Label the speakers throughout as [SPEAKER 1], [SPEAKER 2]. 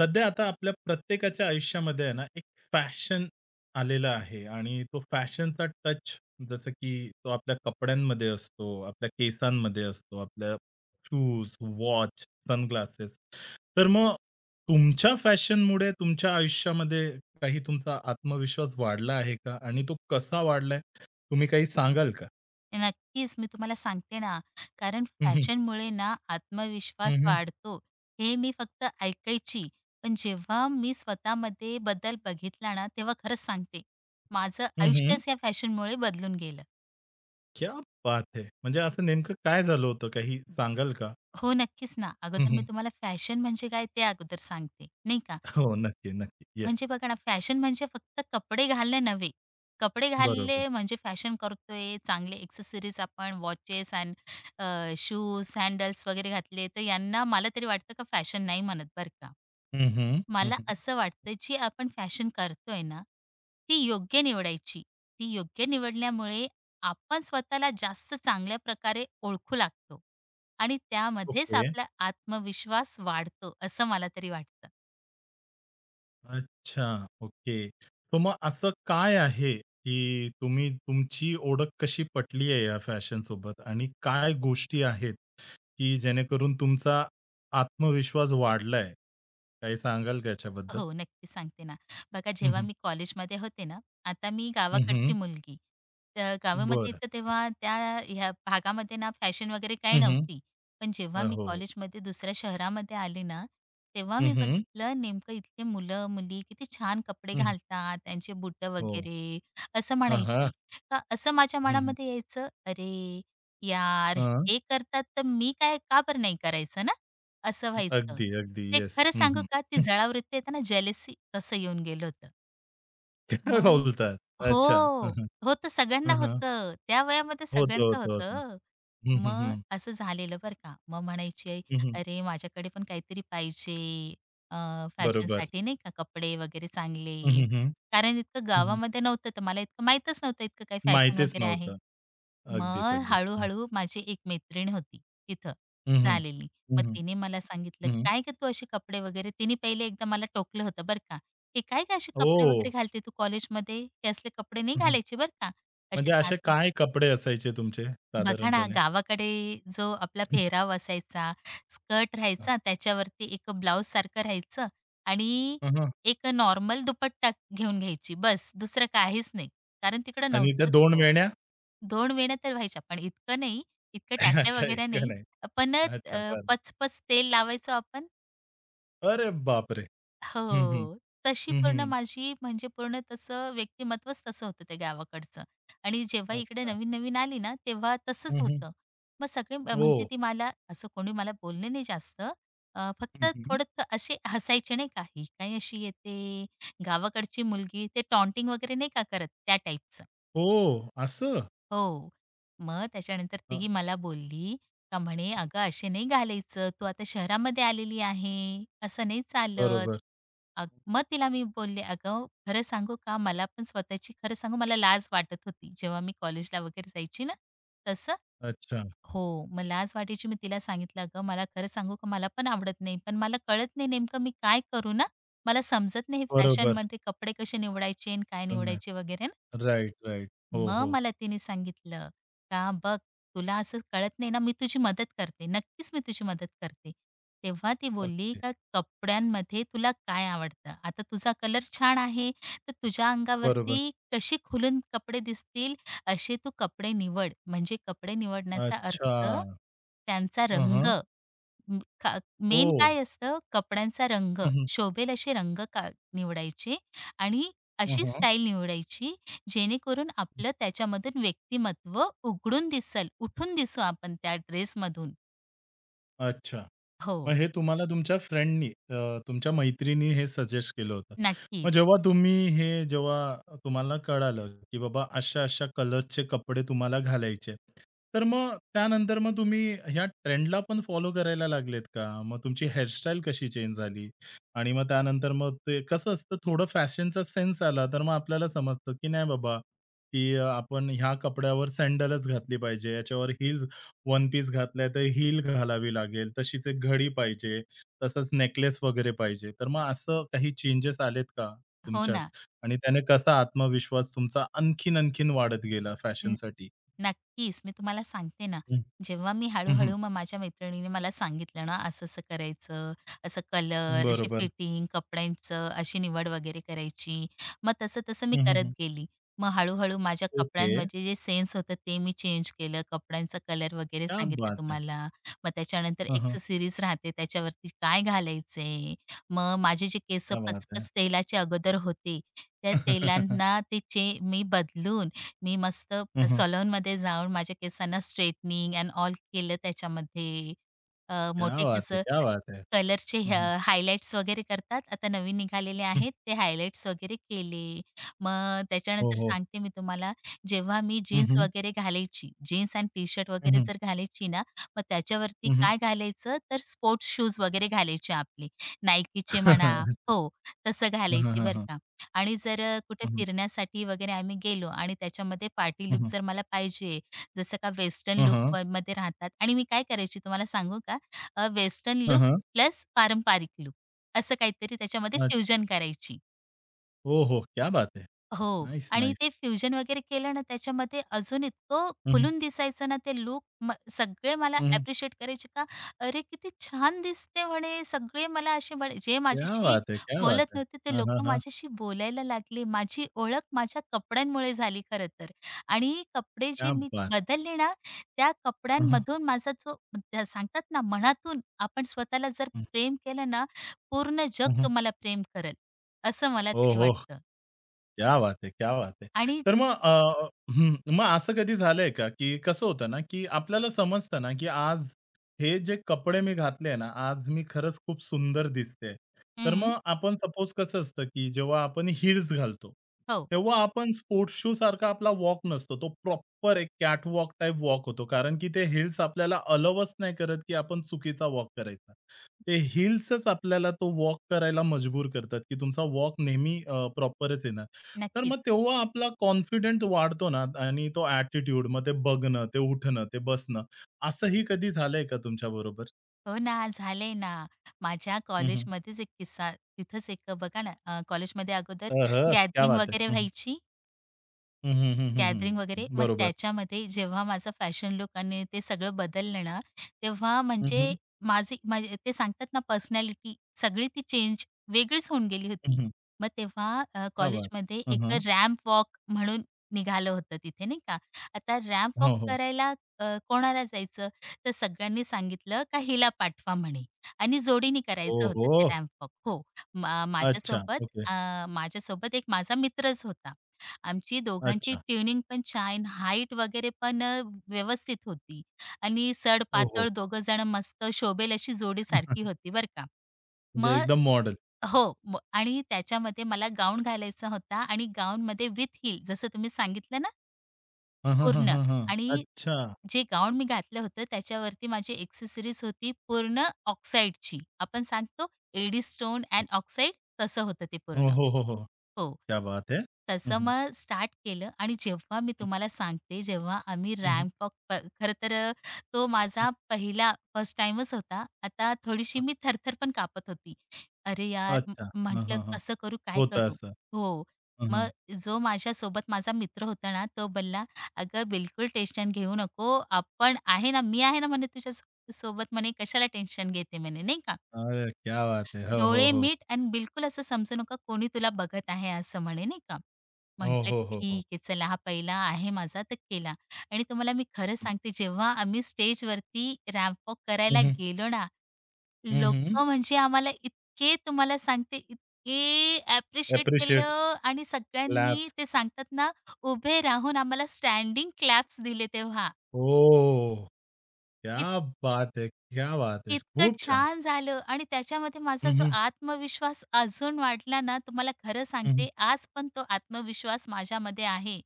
[SPEAKER 1] सध्या आता आपल्या प्रत्येकाच्या आयुष्यामध्ये आहे ना, एक फॅशन आलेला आहे आणि तो फॅशनचा टच जसं की तो आपल्या कपड्यांमध्ये असतो, आपल्या केसांमध्ये असतो, आपल्या शूज, वॉच, सनग्लासेस. तर मग तुमच्या फॅशनमुळे तुमच्या आयुष्यामध्ये काही तुमचा आत्मविश्वास वाढला आहे का? आणि तो कसा वाढलाय? तुम्ही काही सांगाल का?
[SPEAKER 2] नक्कीच, मी तुम्हाला सांगते ना, कारण
[SPEAKER 1] हं, हं.
[SPEAKER 2] फॅशनमुळे ना आत्मविश्वास
[SPEAKER 1] हं,
[SPEAKER 2] वाढतो, हे मी फक्त ऐकायची. पण जेव्हा मी स्वतःमध्ये बदल बघितला ना, तेव्हा खरंच सांगते, माझं आयुष्यच या फॅशनमुळे बदलून गेलं.
[SPEAKER 1] क्या बात है! म्हणजे असं नेमकं काय झालं होतं? काही सांगाल का?
[SPEAKER 2] हो, नक्कीच ना. अगोदर मी
[SPEAKER 1] हं,
[SPEAKER 2] तुम्हाला फॅशन म्हणजे काय ते अगोदर सांगते, नाही का?
[SPEAKER 1] हो, नक्की, नक्की.
[SPEAKER 2] म्हणजे बघा ना, फॅशन म्हणजे फक्त कपडे घालणे नव्हे. कपडे
[SPEAKER 1] बरोबर.
[SPEAKER 2] घालले म्हणजे फॅशन करतोय, चांगले एक्सेसरीज आपण वॉचेस अँड शूज, सॅडल्स वगैरे घातले, तर यांना मला तरी वाटतं का फॅशन नाही म्हणत बरं का.
[SPEAKER 1] हं, हं. हं,
[SPEAKER 2] मला
[SPEAKER 1] हं.
[SPEAKER 2] असं वाटतं जी आपण फॅशन करतोय ना, ती योग्य निवडायची. ती योग्य निवडल्यामुळे आपण स्वतःला जास्त चांगल्या प्रकारे ओळखू लागतो आणि त्यामध्येच
[SPEAKER 1] ओके.
[SPEAKER 2] आपला आत्मविश्वास वाढतो, असं मला तरी वाटतं.
[SPEAKER 1] अच्छा, ओके. तर मग असं काय आहे, की तुम्ही तुमची ओळख कशी पटली आहे या फॅशन सोबत, आणि काय गोष्टी आहेत, की जेणेकरून तुमचा आत्मविश्वास वाढलाय? काही सांगाल का याच्याबद्दल?
[SPEAKER 2] हो, नक्की सांगते ना. बघा
[SPEAKER 1] हं,
[SPEAKER 2] जेव्हा
[SPEAKER 1] हं.
[SPEAKER 2] मी कॉलेजमध्ये होते ना, आता मी
[SPEAKER 1] हं,
[SPEAKER 2] गावाकडची
[SPEAKER 1] हं.
[SPEAKER 2] मुलगी. तर गावामध्ये
[SPEAKER 1] बरं.
[SPEAKER 2] इतकं तेव्हा त्या ह्या भागामध्ये ना फॅशन वगैरे काही
[SPEAKER 1] हं,
[SPEAKER 2] नव्हती. पण जेव्हा
[SPEAKER 1] अ,
[SPEAKER 2] मी
[SPEAKER 1] हो.
[SPEAKER 2] कॉलेजमध्ये दुसऱ्या शहरामध्ये आले ना, तेव्हा
[SPEAKER 1] हं,
[SPEAKER 2] मी
[SPEAKER 1] हं.
[SPEAKER 2] बघितलं नेमकं इथले मुलं-मुली किती छान कपडे घालतात, त्यांचे बुटं
[SPEAKER 1] हो.
[SPEAKER 2] वगैरे असं
[SPEAKER 1] हां, हां.
[SPEAKER 2] म्हणायची. का असं माझ्या
[SPEAKER 1] हं, हं.
[SPEAKER 2] मनामध्ये यायचं, "अरे यार, हे करतात तर मी काय का बरं नाही करायचं ना?" असं व्हायचं.
[SPEAKER 1] अगदी, अगदी.
[SPEAKER 2] ते
[SPEAKER 1] येस.
[SPEAKER 2] खरं सांगू का, ती जळावृत्ती येते ना, जेलसी तसं येऊन गेलं होतं.
[SPEAKER 1] काय
[SPEAKER 2] मग
[SPEAKER 1] बोलतात? अच्छा. हं,
[SPEAKER 2] हो.
[SPEAKER 1] हं.
[SPEAKER 2] होतं सगळ्यांना
[SPEAKER 1] हं, हं.
[SPEAKER 2] होतं. त्या वयामध्ये
[SPEAKER 1] होतं,
[SPEAKER 2] सगळ्यांचं
[SPEAKER 1] होतं, होतं.
[SPEAKER 2] होतं.
[SPEAKER 1] हं, हं,
[SPEAKER 2] मग
[SPEAKER 1] हं.
[SPEAKER 2] असं झालेलं बरं का. मग म्हणायची आई,
[SPEAKER 1] हं, हं.
[SPEAKER 2] "अरे माझ्याकडे पण काहीतरी पाहिजे अ,
[SPEAKER 1] बरोबर.
[SPEAKER 2] फॅशनसाठी नाही का कपडे वगैरे
[SPEAKER 1] हं,
[SPEAKER 2] चांगले."
[SPEAKER 1] हं, हं.
[SPEAKER 2] कारण इतकं
[SPEAKER 1] हं, हं.
[SPEAKER 2] गावामध्ये नव्हतं, तर मला इतकं माहीतच नव्हतं इतकं काही फॅशन
[SPEAKER 1] माहितीच
[SPEAKER 2] वगैरे आहे.
[SPEAKER 1] नव्हतं. अगदीच,
[SPEAKER 2] मग
[SPEAKER 1] अगदीच. हं,
[SPEAKER 2] हळू-हळू माझी एक मैत्रीण होती तिथं
[SPEAKER 1] हं, हं.
[SPEAKER 2] झालेली.
[SPEAKER 1] हं,
[SPEAKER 2] मग
[SPEAKER 1] हं.
[SPEAKER 2] तिने मला सांगितलं,
[SPEAKER 1] हं, हं.
[SPEAKER 2] "काय गं तू असे कपडे वगैरे." तिने पहिले एकदा मला टोकलं होतं बरं का. "हे काय का असे कपडे
[SPEAKER 1] ओह!
[SPEAKER 2] वगैरे घालते तू कॉलेजमध्ये? हे असले कपडे नाही
[SPEAKER 1] हं, हं.
[SPEAKER 2] घालायचे बरं का. असे
[SPEAKER 1] म्हणजे असे
[SPEAKER 2] साधे."
[SPEAKER 1] काय कपडे असायचे तुमचे
[SPEAKER 2] बघा ना,
[SPEAKER 1] साधारणपणे?
[SPEAKER 2] गावाकडे जो आपला पेहराव असायचा, स्कर्ट
[SPEAKER 1] हां.
[SPEAKER 2] राहायचा, त्याच्यावरती एक ब्लाउजसारखं राहायचं आणि
[SPEAKER 1] हं, हं.
[SPEAKER 2] एक नॉर्मल दुपट्टा घेऊन घ्यायची बस, दुसरं काहीच नाही. कारण तिकडं
[SPEAKER 1] आणि त्या
[SPEAKER 2] नव्हतंच
[SPEAKER 1] 2
[SPEAKER 2] ओ.
[SPEAKER 1] वेण्या?
[SPEAKER 2] दोन वेण्या तर व्हायच्या, पण इतकं नाही, इतकं टाकल्या
[SPEAKER 1] अच्छा,
[SPEAKER 2] वगैरे
[SPEAKER 1] एक
[SPEAKER 2] नाही.
[SPEAKER 1] नाही.
[SPEAKER 2] पण
[SPEAKER 1] अच्छा, बरं.
[SPEAKER 2] पचपच तेल लावायचो आपण.
[SPEAKER 1] अरे बापरे! हं, हं.
[SPEAKER 2] हो. तशी
[SPEAKER 1] हं,
[SPEAKER 2] पूर्ण
[SPEAKER 1] हं.
[SPEAKER 2] माझी म्हणजे पूर्ण तसं व्यक्तिमत्वच तसं होतं ते गावाकडचं. आणि जेव्हा इकडे
[SPEAKER 1] अच्छा.
[SPEAKER 2] नवीन-नवीन आली ना, तेव्हा तसंच
[SPEAKER 1] हं, हं.
[SPEAKER 2] होतं. मग
[SPEAKER 1] ओह!
[SPEAKER 2] म्हणजे ती मला असं कोणी मला बोलले नाही जास्त. फक्त
[SPEAKER 1] हं, हं.
[SPEAKER 2] असे हसायचे नाही का, ही काय अशी येते, गावाकडची मुलगी, ते टॉन्टिंग वगैरे नाही का करत, त्या टाईपचं.
[SPEAKER 1] ओह! असं?
[SPEAKER 2] हो. मग त्याच्यानंतर
[SPEAKER 1] हं.
[SPEAKER 2] तीही मला बोलली का म्हणे, "अगं असे नाही घालायचं. तू आता शहरामध्ये आलेली आहे. असं नाही चालत."
[SPEAKER 1] बरोबर.
[SPEAKER 2] अग मग तिला मी बोलले, "अगं खरं सांगू का? मला पण स्वतःची खरं सांगू मला लाज वाटत होती. जेव्हा मी कॉलेजला वगैरे जायची ना तसं."
[SPEAKER 1] अच्छा.
[SPEAKER 2] हो. मग लाज वाटायची. मी तिला सांगितलं, "अगं मला खरं सांगू का? मला पण आवडत नाही. पण मला कळत नाही नेमकं मी काय करू ना? मला समजत नाही
[SPEAKER 1] बरोबर.
[SPEAKER 2] फॅशनमध्ये कपडे कसे निवडायचे आणि काय निवडायचे वगैरे ना."
[SPEAKER 1] Right, right. हो,
[SPEAKER 2] मग
[SPEAKER 1] हो.
[SPEAKER 2] मला तिने सांगितलं, "का बघ तुला असं कळत नाही ना, मी तुझी मदत करते. नक्कीच मी तुझी मदत करते." तेव्हा ती बोलली,
[SPEAKER 1] अगदी.
[SPEAKER 2] "का कपड्यांमध्ये तुला काय आवडतं? आता तुझा कलर छान आहे, तर तुझ्या
[SPEAKER 1] बरोबर.
[SPEAKER 2] अंगावरती कशी खुलून कपडे दिसतील असे तू कपडे निवड." म्हणजे कपडे निवडण्याचा
[SPEAKER 1] अच्छा.
[SPEAKER 2] अर्थ त्यांचा
[SPEAKER 1] हं,
[SPEAKER 2] रंग.
[SPEAKER 1] हं.
[SPEAKER 2] म खा
[SPEAKER 1] हो.
[SPEAKER 2] मेन काय असतं कपड्यांचा रंग,
[SPEAKER 1] हं, हं.
[SPEAKER 2] शोभेल असे रंग का निवडायचे आणि
[SPEAKER 1] हं,
[SPEAKER 2] अशी
[SPEAKER 1] हं.
[SPEAKER 2] स्टाईल निवडायची, जेणेकरून आपलं त्याच्यामधून व्यक्तिमत्व उघडून दिसल, उठून दिसू आपण त्या ड्रेसमधून.
[SPEAKER 1] अच्छा.
[SPEAKER 2] हो,
[SPEAKER 1] मग हे तुम्हाला तुमच्या फ्रेंडनी तुमच्या मैत्रिणी हे सजेस्ट केलं होतं. मग
[SPEAKER 2] नक्कीच.
[SPEAKER 1] जेव्हा तुम्ही हे तुम्हाला कळालं, की बाबा अशा-अशा कलर्सचे कपडे तुम्हाला घालायचे, तर मग त्यानंतर मग तुम्ही ह्या ट्रेंडला पण फॉलो करायला लागलेत का? मग तुमची हेअरस्टाईल कशी चेंज झाली? आणि मग त्यानंतर मग ते कसं असतं थोडं फॅशनचा सेन्स आला, तर मग आपल्याला समजतं, की नाही बाबा, की आपण ह्या कपड्यावर सँडलच घातली पाहिजे, याच्यावर हील्स वन पीस घातलाय तर हील घालावी लागेल, तशीच एक घडी पाहिजे, तसंच नेकलेस वगैरे पाहिजे. तर मग असं काही चेंजेस आलेत का
[SPEAKER 2] हो
[SPEAKER 1] तुमच्यात?
[SPEAKER 2] ना.
[SPEAKER 1] आणि त्याने कसा आत्मविश्वास तुमचा आणखीन, आणखीन वाढत गेला फॅशनसाठी?
[SPEAKER 2] नक्कीच. मी तुम्हाला सांगते ना,
[SPEAKER 1] हं,
[SPEAKER 2] जेव्हा मी
[SPEAKER 1] हं, हं.
[SPEAKER 2] हळू-हळू मग माझ्या मैत्रिणीने मला सांगितलं ना, असं-असं करायचं, असं कलर, अशी
[SPEAKER 1] बरोबर.
[SPEAKER 2] फिटिंग, कपड्यांचं अशी निवड वगैरे करायची. मग तसं-तसं मी
[SPEAKER 1] हं, हं,
[SPEAKER 2] करत
[SPEAKER 1] हं.
[SPEAKER 2] गेली. मग हळू माझ्या
[SPEAKER 1] ओके.
[SPEAKER 2] कपड्यांमध्ये जे सेन्स होतं ते मी चेंज केलं. कपड्यांचा कलर वगैरे
[SPEAKER 1] क्या
[SPEAKER 2] सांगितलं
[SPEAKER 1] बात है!
[SPEAKER 2] तुम्हाला. मग त्याच्यानंतर
[SPEAKER 1] हं, हं.
[SPEAKER 2] एक्सेसरीज राहते, त्याच्यावरती काय घालायचे. मग माझे जे केस
[SPEAKER 1] क्या बात है!
[SPEAKER 2] पचपच तेलाचे अगोदर होते, त्या तेलांना ते चे मी बदलून मी मस्त
[SPEAKER 1] हं, हं.
[SPEAKER 2] सलूनमध्ये जाऊन माझ्या केसांना स्ट्रेटनिंग अँड ऑल केलं त्याच्यामध्ये.
[SPEAKER 1] क्या
[SPEAKER 2] मोठे
[SPEAKER 1] बात है!
[SPEAKER 2] केसं
[SPEAKER 1] क्या बात है!
[SPEAKER 2] कलरचे ह
[SPEAKER 1] हं, हं.
[SPEAKER 2] हायलाइट्स वगैरे करतात. आता नवीन निघालेले
[SPEAKER 1] हं.
[SPEAKER 2] आहेत ते हायलाइट्स वगैरे केले. मग
[SPEAKER 1] हो,
[SPEAKER 2] त्याच्यानंतर
[SPEAKER 1] हो.
[SPEAKER 2] सांगते मी तुम्हाला, जेव्हा मी
[SPEAKER 1] हं,
[SPEAKER 2] जीन्स
[SPEAKER 1] हं.
[SPEAKER 2] वगैरे घालायची, जीन्स अँड टी-शर्ट
[SPEAKER 1] हं,
[SPEAKER 2] वगैरे
[SPEAKER 1] हं.
[SPEAKER 2] जर घालायची ना, मग त्याच्यावरती
[SPEAKER 1] हं, हं.
[SPEAKER 2] काय घालायचं तर स्पोर्ट्स शूज वगैरे घालायचे आपले. Nikeचे म्हणा. हो, तसं
[SPEAKER 1] हं, हं,
[SPEAKER 2] घालायची
[SPEAKER 1] हं,
[SPEAKER 2] बरं
[SPEAKER 1] हं.
[SPEAKER 2] का. आणि जर कुठे
[SPEAKER 1] हं, हं.
[SPEAKER 2] फिरण्यासाठी वगैरे आम्ही गेलो आणि त्याच्यामध्ये पार्टी
[SPEAKER 1] हं,
[SPEAKER 2] लुक
[SPEAKER 1] हं.
[SPEAKER 2] जर मला पाहिजे, जसं का वेस्टर्न
[SPEAKER 1] हं,
[SPEAKER 2] लुक
[SPEAKER 1] हं.
[SPEAKER 2] व मध्ये राहतात आणि मी काय करायची तुम्हाला सांगू का? वेस्टर्न
[SPEAKER 1] हं,
[SPEAKER 2] लूक
[SPEAKER 1] हं.
[SPEAKER 2] प्लस पारंपरिक लुक, असं काहीतरी त्याच्यामध्ये
[SPEAKER 1] अ,
[SPEAKER 2] फ्युजन करायची.
[SPEAKER 1] हो, हो. क्या बात है!
[SPEAKER 2] हो.
[SPEAKER 1] नाईस,
[SPEAKER 2] आणि
[SPEAKER 1] नाईस.
[SPEAKER 2] ते फ्युजन वगैरे केलं ना, त्याच्यामध्ये अजून इतकं
[SPEAKER 1] हं, हं.
[SPEAKER 2] खुलून दिसायचं ना ते लूक सगळे मला
[SPEAKER 1] हं, हं.
[SPEAKER 2] ॲप्रिशिएट करायचे का, "अरे, किती छान दिसते!" म्हणे. सगळे मला असे म्हण जे
[SPEAKER 1] क्या
[SPEAKER 2] माझ्याशी
[SPEAKER 1] बात है! क्या बात
[SPEAKER 2] बोलत
[SPEAKER 1] है!
[SPEAKER 2] नव्हते, ते
[SPEAKER 1] हां, हां,
[SPEAKER 2] लोकं
[SPEAKER 1] हां.
[SPEAKER 2] माझ्याशी बोलायला लागले. माझी ओळख माझ्या कपड्यांमुळे झाली खरं तर. आणि कपडे जे
[SPEAKER 1] क्या
[SPEAKER 2] मी
[SPEAKER 1] बात!
[SPEAKER 2] बदलले ना, त्या
[SPEAKER 1] हं, हं.
[SPEAKER 2] कपड्यांमधून माझा जो त्या सांगतात ना, मनातून आपण स्वतःला जर
[SPEAKER 1] हं,
[SPEAKER 2] प्रेम केलं ना, पूर्ण जग
[SPEAKER 1] हं,
[SPEAKER 2] तुम्हाला प्रेम करेल, असं मला
[SPEAKER 1] हो,
[SPEAKER 2] तरी
[SPEAKER 1] हो.
[SPEAKER 2] वाटतं.
[SPEAKER 1] क्या बात है! क्या बात है!
[SPEAKER 2] आणि
[SPEAKER 1] तर मग हं, मग असं कधी झालंय का, की कसं होतं ना, की आपल्याला समजतं ना, की आज हे जे कपडे मी घातले ना, आज मी खरंच खूप सुंदर दिसते. तर
[SPEAKER 2] हं.
[SPEAKER 1] मग आपण सपोज कसं असतं, की जेव्हा आपण हील्स घालतो,
[SPEAKER 2] हो,
[SPEAKER 1] तेव्हा आपण स्पोर्ट्स शू सारखा आपला वॉक नसतो. तो प्रॉपर एक कॅटवॉक टाइप वॉक होतो. कारण की ते हील्स आपल्याला अलाउच नाही करत, की आपण चुकीचा वॉक करायचा. ते हील्सच आपल्याला तो वॉक करायला मजबूर करतात, की तुमचा वॉक नेहमी प्रॉपरच येणार. तर मग
[SPEAKER 2] नक्कीच.
[SPEAKER 1] तेव्हा आपला कॉन्फिडंट वाढतो ना आणि तो ॲटिट्यूड मग ते बघणं, ते उठणं, ते बसणं, असंही कधी झालंय का तुमच्याबरोबर?
[SPEAKER 2] हो ना, झालंय ना. माझ्या
[SPEAKER 1] हं, हं.
[SPEAKER 2] कॉलेजमध्येच एक किस्सा तिथंच एक बघा ना, कॉलेजमध्ये अगोदर
[SPEAKER 1] अहं, क्या
[SPEAKER 2] गॅदरिंग
[SPEAKER 1] बात है!
[SPEAKER 2] वगैरे
[SPEAKER 1] हं, हं.
[SPEAKER 2] व्हायची.
[SPEAKER 1] हं, हं,
[SPEAKER 2] गॅदरिंग वगैरे.
[SPEAKER 1] हं,
[SPEAKER 2] मग
[SPEAKER 1] बरोबर.
[SPEAKER 2] त्याच्यामध्ये जेव्हा माझा फॅशन लूक आणि ते सगळं बदललं ना, तेव्हा
[SPEAKER 1] हं,
[SPEAKER 2] म्हणजे
[SPEAKER 1] हं.
[SPEAKER 2] माझी माझी ते सांगतात ना पर्सनॅलिटी सगळी ती चेंज वेगळीच होऊन गेली होती. मग तेव्हा
[SPEAKER 1] क्या बात!
[SPEAKER 2] कॉलेजमध्ये
[SPEAKER 1] हं,
[SPEAKER 2] एक
[SPEAKER 1] हं.
[SPEAKER 2] रॅम्प वॉक म्हणून निघालं होतं तिथे नाही का. आता रॅम्प वॉक
[SPEAKER 1] हो, हो.
[SPEAKER 2] करायला कोणाला जायचं? तर सगळ्यांनी सांगितलं का हिला पाठवा म्हणे आणि जोडीने करायचं होतं
[SPEAKER 1] ओहो!
[SPEAKER 2] ते रॅम्प वॉक. हो.
[SPEAKER 1] अच्छा.
[SPEAKER 2] माझ्यासोबत
[SPEAKER 1] ओके.
[SPEAKER 2] माझ्यासोबत एक माझा मित्रच होता. आमची दोघांची
[SPEAKER 1] अच्छा.
[SPEAKER 2] ट्युनिंग पण छान, हाईट वगैरे पण व्यवस्थित होती आणि
[SPEAKER 1] ओहो!
[SPEAKER 2] सडपातळ दोघं जण मस्त शोभेल अशी जोडी जोडीसारखी होती बरं का.
[SPEAKER 1] म्हणजे
[SPEAKER 2] मग
[SPEAKER 1] एकदम मॉडेल.
[SPEAKER 2] हो. आणि त्याच्यामध्ये मला गाऊन घालायचा होता आणि गाऊनमध्ये विथ हील जसं तुम्ही सांगितलं ना,
[SPEAKER 1] हं, हं,
[SPEAKER 2] पूर्ण
[SPEAKER 1] हं, हं,
[SPEAKER 2] आणि
[SPEAKER 1] अच्छा.
[SPEAKER 2] जे गाऊन मी घातलं होतं त्याच्यावरती माझी एक्सेसरीज होती पूर्ण ऑक्साईडची. आपण सांगतो एडी स्टोन अँड ऑक्साईड तसं होतं ते
[SPEAKER 1] हो,
[SPEAKER 2] पूर्ण.
[SPEAKER 1] हो, हो, हो.
[SPEAKER 2] हो.
[SPEAKER 1] क्या बात है! हं,
[SPEAKER 2] तसं
[SPEAKER 1] हं.
[SPEAKER 2] मग स्टार्ट केलं आणि जेव्हा मी
[SPEAKER 1] हं,
[SPEAKER 2] तुम्हाला सांगते जेव्हा आम्ही
[SPEAKER 1] हं,
[SPEAKER 2] रॅम्प वॉक प खरं तर तो माझा पहिला फर्स्ट टाईमच होता. आता थोडीशी मी थरथर पण कापत होती. अरे यार!
[SPEAKER 1] अच्छा. हं,
[SPEAKER 2] म्हटलं
[SPEAKER 1] हं, हं.
[SPEAKER 2] कसं करू? काय
[SPEAKER 1] होतं
[SPEAKER 2] करू?
[SPEAKER 1] असं.
[SPEAKER 2] हो. मग जो माझ्यासोबत माझा मित्र होता ना, तो बोलला अगं, बिलकुल टेन्शन घेऊ नको. आपण आहे ना, मी आहे ना म्हणे तुझ्या सोबत म्हणे कशाला टेन्शन घेते म्हणे, नाही का.
[SPEAKER 1] अरे क्या बात है! हो, हो,
[SPEAKER 2] डोळे
[SPEAKER 1] हो.
[SPEAKER 2] मीट आणि बिलकुल असं समजू नका कोणी तुला बघत आहे असं म्हणे, नाही का.
[SPEAKER 1] हो,
[SPEAKER 2] म्हटलं
[SPEAKER 1] हो, हो, हो.
[SPEAKER 2] ठीक आहे चला हा पहिला आहे माझा तर केला. आणि तुम्हाला मी खरं सांगते जेव्हा आम्ही स्टेजवरती रॅम्प वॉक
[SPEAKER 1] हं,
[SPEAKER 2] करायला
[SPEAKER 1] हं.
[SPEAKER 2] गेलो ना,
[SPEAKER 1] हं, हं.
[SPEAKER 2] लोकं म्हणजे आम्हाला इतके तुम्हाला सांगते इतके ॲप्रिशिएट
[SPEAKER 1] ॲप्रिशिएट्स,
[SPEAKER 2] केलं आणि सगळ्यांनी ते सांगतात ना, उभे राहून आम्हाला स्टँडिंग क्लॅप्स दिले तेव्हा.
[SPEAKER 1] क्या बात है! क्या बात है!
[SPEAKER 2] इतकं
[SPEAKER 1] खूप छान.
[SPEAKER 2] छान झालं आणि त्याच्यामध्ये
[SPEAKER 1] हं,
[SPEAKER 2] माझा जो
[SPEAKER 1] हं.
[SPEAKER 2] आत्मविश्वास अजून वाढला ना, तुम्हाला खरं
[SPEAKER 1] हं, हं.
[SPEAKER 2] सांगते आज पण तो आत्मविश्वास माझ्यामध्ये आहे.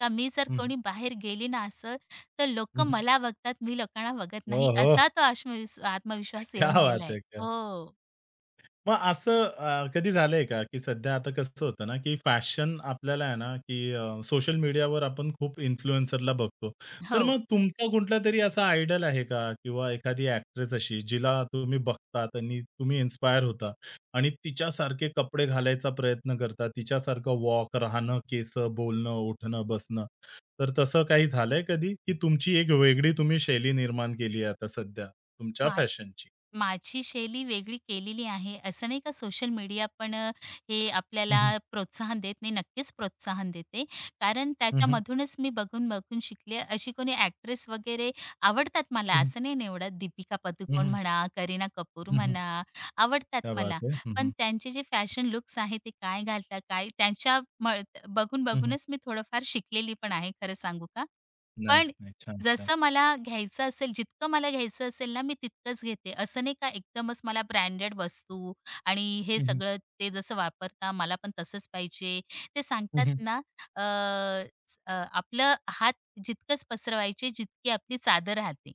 [SPEAKER 2] का मी जर
[SPEAKER 1] हं, हं.
[SPEAKER 2] कोणी बाहेर गेली ना असं, तर लोकं
[SPEAKER 1] हं,
[SPEAKER 2] मला बघतात, मी लोकांना बघत नाही. असा तो आत्मविश्वास
[SPEAKER 1] क्या
[SPEAKER 2] येऊन
[SPEAKER 1] बात
[SPEAKER 2] गेलाय.
[SPEAKER 1] है!
[SPEAKER 2] हो.
[SPEAKER 1] मग असं कधी झालंय का, की सध्या आता कसं होतं ना, की फॅशन आपल्याला आहे ना, की सोशल मीडियावर आपण खूप इन्फ्लुएन्सरला बघतो. तर
[SPEAKER 2] हो.
[SPEAKER 1] मग तुमचा कुठलातरी असा आयडॉल आहे का? किंवा एखादी एक्ट्रेस अशी जिला तुम्ही बघतात आणि तुम्ही इन्स्पायर होता आणि तिच्यासारखे कपडे घालायचा प्रयत्न करता, तिच्यासारखं वॉक, राहणं, केसं, बोलणं, उठणं, बसणं. तर तसं काही झालंय कधी, की तुमची एक वेगळी तुम्ही शैली निर्माण केली आहे आता सध्या तुमच्या
[SPEAKER 2] मा
[SPEAKER 1] फॅशनची?
[SPEAKER 2] माझी शैली वेगळी केलेली आहे. असं नाही का सोशल मीडिया पण हे आपल्याला
[SPEAKER 1] हं,
[SPEAKER 2] प्रोत्साहन देत नाही. नक्कीच प्रोत्साहन देते. कारण त्याच्यामधूनच मी बघून-बघून शिकले. अशी कोणी ॲक्ट्रेस वगैरे आवडतात मला, असं नाही निवडत. दीपिका पदुकोण म्हणा, करीना कपूर
[SPEAKER 1] हुँ, हुँ.
[SPEAKER 2] म्हणा, आवडतात
[SPEAKER 1] क्या बात
[SPEAKER 2] मला.
[SPEAKER 1] है. हं,
[SPEAKER 2] पण
[SPEAKER 1] हं.
[SPEAKER 2] त्यांचे जे फॅशन लुक्स आहे, ते काय घालतात, काय त्यांच्या म
[SPEAKER 1] हं, हं.
[SPEAKER 2] बघून-बघूनच मी थोडंफार शिकलेली पण आहे, खरं सांगू का? पण
[SPEAKER 1] नाईस, नाईस. छान, छान.
[SPEAKER 2] जसं मला घ्यायचं असेल, जितकं मला घ्यायचं असेल ना, मी तितकंच घेते. असं नाही का एकदमच मला ब्रँडेड वस्तू आणि हे
[SPEAKER 1] हं, हं.
[SPEAKER 2] सगळं ते जसं वापरता मला पण तसंच पाहिजे. ते
[SPEAKER 1] हं,
[SPEAKER 2] सांगतात
[SPEAKER 1] हं.
[SPEAKER 2] ना, अ, स- अ, आपलं हात जितकंच पसरवायचे जितकी आपली चादर राहते.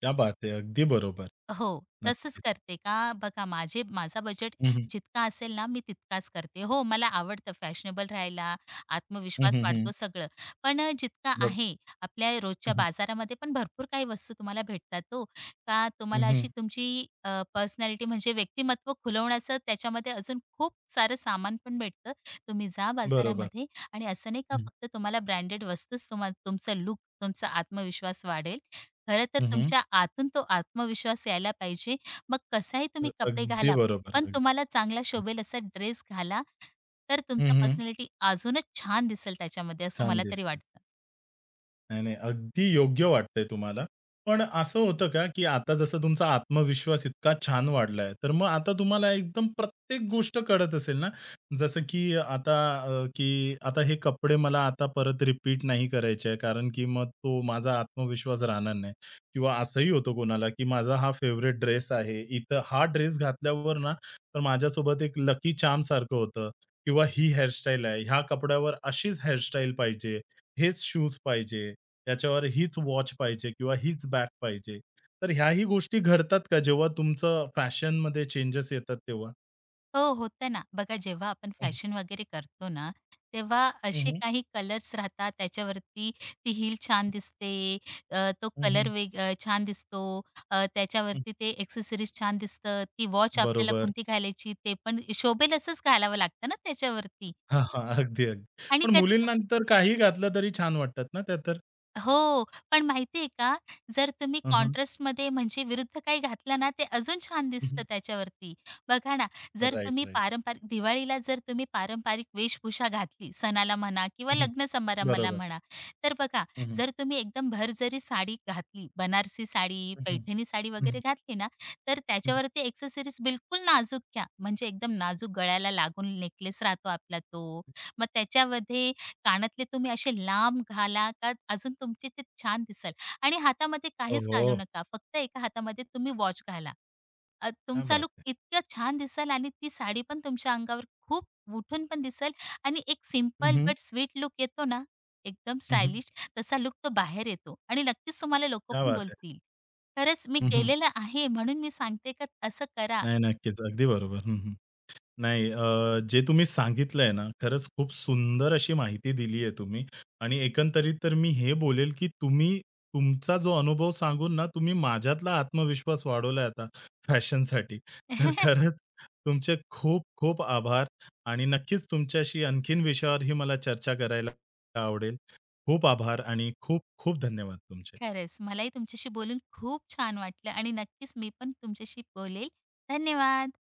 [SPEAKER 1] क्या बात आहे. अगदी बरोबर.
[SPEAKER 2] हो, तसंच
[SPEAKER 1] नक्कीच.
[SPEAKER 2] करते का? बघा माझा बजेट
[SPEAKER 1] हं, हं.
[SPEAKER 2] जितका असेल ना, मी तितकाच करते. हो, मला आवडतं फॅशनेबल राहायला,
[SPEAKER 1] हं,
[SPEAKER 2] आत्मविश्वास
[SPEAKER 1] हं, हं.
[SPEAKER 2] वाढतो सगळं. पण जितका
[SPEAKER 1] बट
[SPEAKER 2] आहे आपल्या
[SPEAKER 1] हं,
[SPEAKER 2] रोजच्या
[SPEAKER 1] हं.
[SPEAKER 2] बाजारामध्ये पण भरपूर काही वस्तू तुम्हाला भेटतात तो का
[SPEAKER 1] हं,
[SPEAKER 2] तुम्हाला
[SPEAKER 1] हं.
[SPEAKER 2] अशी तुमची पर्सनॅलिटी म्हणजे व्यक्तिमत्व खुलवण्याचं त्याच्यामध्ये अजून खूप सारं सामान पण भेटतं. तुम्ही जा
[SPEAKER 1] बरोबर.
[SPEAKER 2] बाजारामध्ये आणि असं नाही का
[SPEAKER 1] हं,
[SPEAKER 2] फक्त तुम्हाला ब्रँडेड वस्तूच तुमचं लूक, तुमचा आत्मविश्वास वाढेल. खरं तर
[SPEAKER 1] हं, हं.
[SPEAKER 2] तुमच्या आतून तो आत्मविश्वास यायला पाहिजे. मग कसाही तुम्ही कपडे
[SPEAKER 1] अगदी
[SPEAKER 2] घाला,
[SPEAKER 1] बरोबर.
[SPEAKER 2] पण
[SPEAKER 1] अगदी.
[SPEAKER 2] तुम्हाला चांगला शोभेल असा ड्रेस घाला, तर
[SPEAKER 1] हं,
[SPEAKER 2] तुमचा
[SPEAKER 1] हं.
[SPEAKER 2] पर्सनॅलिटी अजूनच छान दिसेल त्याच्यामध्ये, असं
[SPEAKER 1] छान
[SPEAKER 2] मला तरी
[SPEAKER 1] दिसते.
[SPEAKER 2] वाटतं.
[SPEAKER 1] नाही, नाही. अगदी योग्य वाटतंय तुम्हाला. पण असं होतं का, की आता जसं तुमचा आत्मविश्वास इतका छान वाढलाय, तर मग आता तुम्हाला एकदम प्रत्येक गोष्ट कळत असेल ना? जसं की आता की आता हे कपडे मला आता परत रिपीट नाही करायचे आहे, कारण की मग तो माझा आत्मविश्वास राहणार नाही. किंवा असंही होतं कोणाला, की माझा हा फेव्हरेट ड्रेस आहे. इथं हा ड्रेस घातल्यावर ना, तर माझ्यासोबत एक लकी चार्मसारखं होतं किंवा ही हेअरस्टाईल आहे. ह्या कपड्यावर अशीच हेअरस्टाईल पाहिजे. हेच शूज पाहिजे, त्याच्यावर हीच वॉच पाहिजे किंवा हीच बॅग पाहिजे. तर ह्याही गोष्टी घडतात का जेव्हा तुमचं फॅशनमध्ये चेंजेस येतात तेव्हा?
[SPEAKER 2] हो, होतं ना. बघा जेव्हा आपण
[SPEAKER 1] हं,
[SPEAKER 2] फॅशन वगैरे करतो ना, तेव्हा
[SPEAKER 1] हं,
[SPEAKER 2] असे
[SPEAKER 1] हं.
[SPEAKER 2] काही कलर्स राहतात त्याच्यावरती ती हील छान दिसते, अ, तो
[SPEAKER 1] हं,
[SPEAKER 2] कलर
[SPEAKER 1] हं.
[SPEAKER 2] वेग अ, छान दिसतो,
[SPEAKER 1] हं.
[SPEAKER 2] त्याच्यावरती ते एक्सेसरीज छान दिसतं, ती वॉच आपल्याला
[SPEAKER 1] बरोबर.
[SPEAKER 2] कोणती घालायची ते पण शोभेल असंच घालावं लागतं ना त्याच्यावरती.
[SPEAKER 1] हां, हां. अगदी, अगदी.
[SPEAKER 2] आणि
[SPEAKER 1] पण मुलींना
[SPEAKER 2] कधी-कधी
[SPEAKER 1] तर काही घातलं तरी छान वाटतात ना त्या तर?
[SPEAKER 2] हो, पण माहिती का, जर तुम्ही
[SPEAKER 1] हं, हं.
[SPEAKER 2] कॉन्ट्रास्टमध्ये म्हणजे विरुद्ध काही घातलं ना, ते अजून छान
[SPEAKER 1] हं,
[SPEAKER 2] दिसतं
[SPEAKER 1] हं.
[SPEAKER 2] त्याच्यावरती. बघा ना, जर तुम्ही पारंपरिक दिवाळीला जर तुम्ही पारंपरिक वेशभूषा घातली, सणाला म्हणा किंवा
[SPEAKER 1] हं,
[SPEAKER 2] लग्न समारंभाला
[SPEAKER 1] बरोबर.
[SPEAKER 2] म्हणा, तर बघा, जर तुम्ही एकदम भरजरी साडी घातली, बनारसी साडी,
[SPEAKER 1] हं. हं,
[SPEAKER 2] पैठणी साडी वगैरे
[SPEAKER 1] हं.
[SPEAKER 2] घातली ना, तर
[SPEAKER 1] हं, हं.
[SPEAKER 2] त्याच्यावरती एक्सेसरीज बिलकुल नाजूक घ्या. म्हणजे एकदम नाजूक गळ्याला लागून नेकलेस राहतो आपला तो. मग त्याच्यामध्ये कानातले तुम्ही असे लांब घाला का अजून तुमचे ते छान दिसेल आणि हातामध्ये काहीच
[SPEAKER 1] ओहो!
[SPEAKER 2] घालू नका. फक्त एका हातामध्ये तुम्ही वॉच घाला.
[SPEAKER 1] क्या
[SPEAKER 2] तुमचा
[SPEAKER 1] बात
[SPEAKER 2] लूक
[SPEAKER 1] है!
[SPEAKER 2] इतका छान दिसेल आणि ती साडी पण तुमच्या अंगावर खूप उठून पण दिसेल आणि एक
[SPEAKER 1] हं,
[SPEAKER 2] सिंपल
[SPEAKER 1] हं.
[SPEAKER 2] बट स्वीट लूक येतो ना, एकदम
[SPEAKER 1] हं, हं.
[SPEAKER 2] स्टायलिश तसा लूक तो बाहेर येतो आणि नक्कीच तुम्हाला लोकं
[SPEAKER 1] क्या
[SPEAKER 2] पण
[SPEAKER 1] बात है!
[SPEAKER 2] बोलतील. खरंच मी
[SPEAKER 1] हं, हं.
[SPEAKER 2] केलेलं आहे म्हणून मी सांगते का असं करा.
[SPEAKER 1] नाही, नक्कीच. अगदी बरोबर. हं, हं. नाही जे तुम्ही सांगितलंय ना, खरंच खूप सुंदर अशी माहिती दिली आहे तुम्ही आणि एकंदरीत तर मी हे बोलेल, की तुम्ही तुमचा जो अनुभव सांगून ना, तुम्ही माझ्यातला आत्मविश्वास वाढवलाय आता फॅशनसाठी. तर खरंच तुमचे खूप-खूप आभार आणि नक्कीच तुमच्याशी आणखीन विषयावरही मला चर्चा करायला आवडेल. खूप आभार आणि खूप-खूप धन्यवाद तुमचे.
[SPEAKER 2] खरंच मलाही तुमच्याशी बोलून खूप छान वाटलं आणि नक्कीच मी पण तुमच्याशी बोलेल. धन्यवाद.